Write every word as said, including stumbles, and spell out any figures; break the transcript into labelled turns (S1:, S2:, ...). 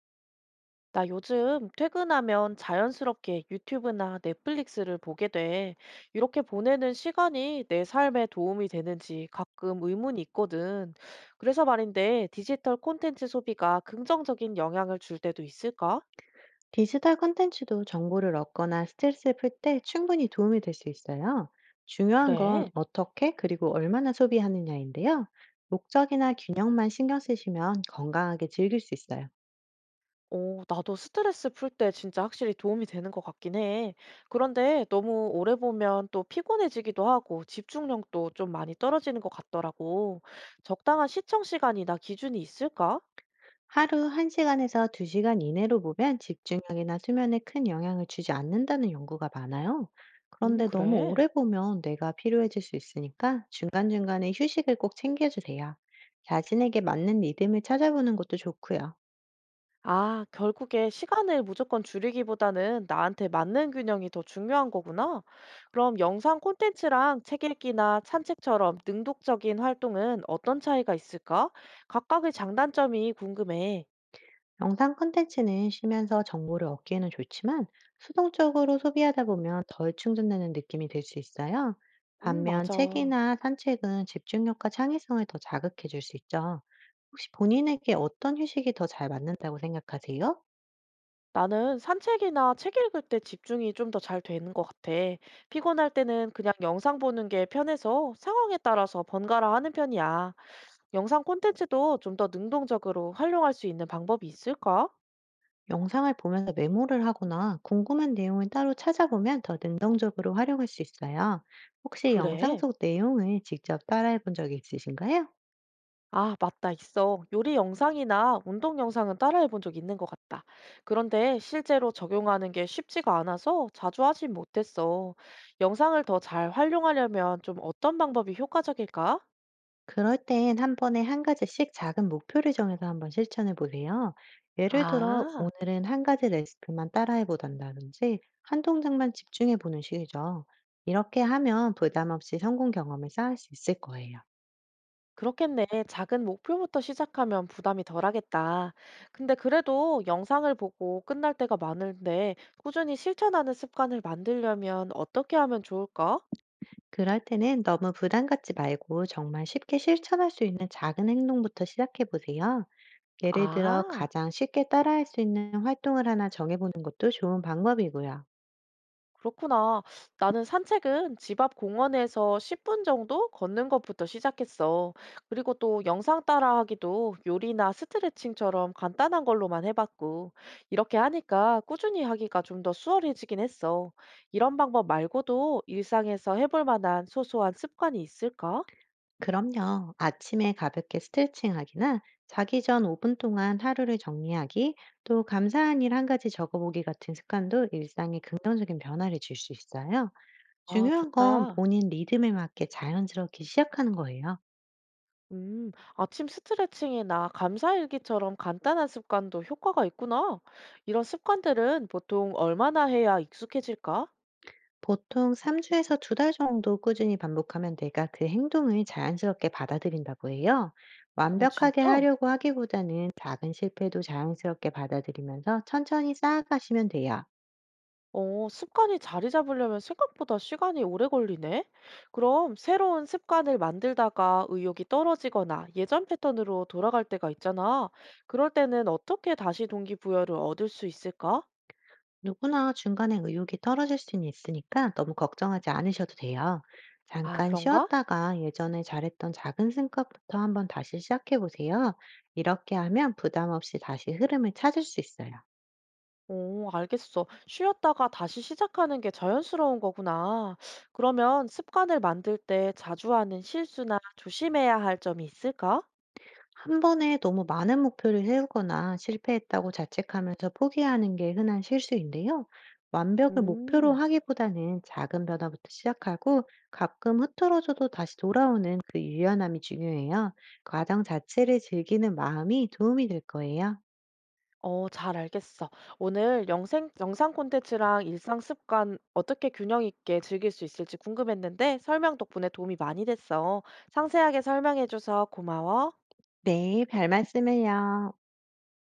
S1: 나 요즘 퇴근하면 자연스럽게 유튜브나 넷플릭스를 보게 돼. 이렇게 보내는 시간이 내 삶에 도움이 되는지 가끔 의문이 있거든. 그래서 말인데, 디지털 콘텐츠 소비가 긍정적인 영향을 줄 때도 있을까?
S2: 디지털 콘텐츠도 정보를 얻거나 스트레스를 풀 때 충분히 도움이 될 수 있어요. 중요한 건
S1: 그래.
S2: 어떻게 그리고 얼마나 소비하느냐인데요. 목적이나 균형만 신경 쓰시면 건강하게 즐길 수 있어요.
S1: 어, 나도 스트레스 풀 때 진짜 확실히 도움이 되는 것 같긴 해. 그런데 너무 오래 보면 또 피곤해지기도 하고 집중력도 좀 많이 떨어지는 것 같더라고. 적당한 시청 시간이나 기준이 있을까?
S2: 하루 한 시간에서 두 시간 이내로 보면 집중력이나 수면에 큰 영향을 주지 않는다는 연구가 많아요.
S1: 음,
S2: 그런데 너무
S1: 그래.
S2: 오래 보면 뇌가 피로해질 수 있으니까 중간중간에 휴식을 꼭 챙겨주세요. 자신에게 맞는 리듬을 찾아보는 것도 좋고요.
S1: 아, 결국에 시간을 무조건 줄이기보다는 나한테 맞는 균형이 더 중요한 거구나. 그럼 영상 콘텐츠랑 책 읽기나 산책처럼 능동적인 활동은 어떤 차이가 있을까? 각각의 장단점이 궁금해.
S2: 영상 콘텐츠는 쉬면서 정보를 얻기에는 좋지만 수동적으로 소비하다 보면 덜 충전되는 느낌이 들 수 있어요.
S1: 음,
S2: 반면
S1: 맞아.
S2: 책이나 산책은 집중력과 창의성을 더 자극해 줄 수 있죠. 혹시 본인에게 어떤 휴식이 더 잘 맞는다고 생각하세요?
S1: 나는 산책이나 책 읽을 때 집중이 좀 더 잘 되는 것 같아. 피곤할 때는 그냥 영상 보는 게 편해서 상황에 따라서 번갈아 하는 편이야. 영상 콘텐츠도 좀 더 능동적으로 활용할 수 있는 방법이 있을까?
S2: 영상을 보면서 메모를 하거나 궁금한 내용을 따로 찾아보면 더 능동적으로 활용할 수 있어요. 혹시 영상
S1: 그래.
S2: 속 내용을 직접 따라해 본 적이 있으신가요?
S1: 아, 맞다, 있어. 요리 영상이나 운동 영상은 따라해 본 적 있는 것 같다. 그런데 실제로 적용하는 게 쉽지가 않아서 자주 하진 못했어. 영상을 더 잘 활용하려면 좀 어떤 방법이 효과적일까?
S2: 그럴 땐 한 번에 한 가지씩 작은 목표를 정해서 한번 실천해 보세요. 예를 들어,
S1: 아,
S2: 오늘은 한 가지 레시피만 따라해 보단다든지 한 동작만 집중해 보는 식이죠. 이렇게 하면 부담 없이 성공 경험을 쌓을 수 있을 거예요.
S1: 그렇겠네. 작은 목표부터 시작하면 부담이 덜하겠다. 근데 그래도 영상을 보고 끝날 때가 많은데 꾸준히 실천하는 습관을 만들려면 어떻게 하면 좋을까?
S2: 그럴 때는 너무 부담 갖지 말고 정말 쉽게 실천할 수 있는 작은 행동부터 시작해 보세요. 예를 들어,
S1: 아.
S2: 가장 쉽게 따라할 수 있는 활동을 하나 정해보는 것도 좋은 방법이고요.
S1: 그렇구나. 나는 산책은 집 앞 공원에서 십 분 정도 걷는 것부터 시작했어. 그리고 또 영상 따라하기도 요리나 스트레칭처럼 간단한 걸로만 해봤고, 이렇게 하니까 꾸준히 하기가 좀 더 수월해지긴 했어. 이런 방법 말고도 일상에서 해볼 만한 소소한 습관이 있을까?
S2: 그럼요. 아침에 가볍게 스트레칭하기나 자기 전 오 분 동안 하루를 정리하기, 또 감사한 일 한 가지 적어보기 같은 습관도 일상에 긍정적인 변화를 줄 수 있어요.
S1: 아,
S2: 중요한 건
S1: 좋다.
S2: 본인 리듬에 맞게 자연스럽게 시작하는 거예요.
S1: 음, 아침 스트레칭이나 감사일기처럼 간단한 습관도 효과가 있구나. 이런 습관들은 보통 얼마나 해야 익숙해질까?
S2: 보통 삼 주에서 두 달 정도 꾸준히 반복하면 내가 그 행동을 자연스럽게 받아들인다고 해요.
S1: 와,
S2: 완벽하게
S1: 진짜?
S2: 하려고 하기보다는 작은 실패도 자연스럽게 받아들이면서 천천히 쌓아가시면 돼요.
S1: 어, 습관이 자리 잡으려면 생각보다 시간이 오래 걸리네? 그럼 새로운 습관을 만들다가 의욕이 떨어지거나 예전 패턴으로 돌아갈 때가 있잖아. 그럴 때는 어떻게 다시 동기부여를 얻을 수 있을까?
S2: 누구나 중간에 의욕이 떨어질 수는 있으니까 너무 걱정하지 않으셔도 돼요.
S1: 아,
S2: 잠깐
S1: 그런가?
S2: 쉬었다가 예전에 잘했던 작은 승급부터 한번 다시 시작해 보세요. 이렇게 하면 부담 없이 다시 흐름을 찾을 수 있어요.
S1: 오, 알겠어. 쉬었다가 다시 시작하는 게 자연스러운 거구나. 그러면 습관을 만들 때 자주 하는 실수나 조심해야 할 점이 있을까?
S2: 한 번에 너무 많은 목표를 세우거나 실패했다고 자책하면서 포기하는 게 흔한 실수인데요. 완벽을 목표로
S1: 음.
S2: 하기보다는 작은 변화부터 시작하고 가끔 흐트러져도 다시 돌아오는 그 유연함이 중요해요. 과정 자체를 즐기는 마음이 도움이 될 거예요.
S1: 어, 잘 알겠어. 오늘 영생, 영상 콘텐츠랑 일상 습관 어떻게 균형 있게 즐길 수 있을지 궁금했는데 설명 덕분에 도움이 많이 됐어. 상세하게 설명해줘서 고마워.
S2: 네, 별 말씀을요.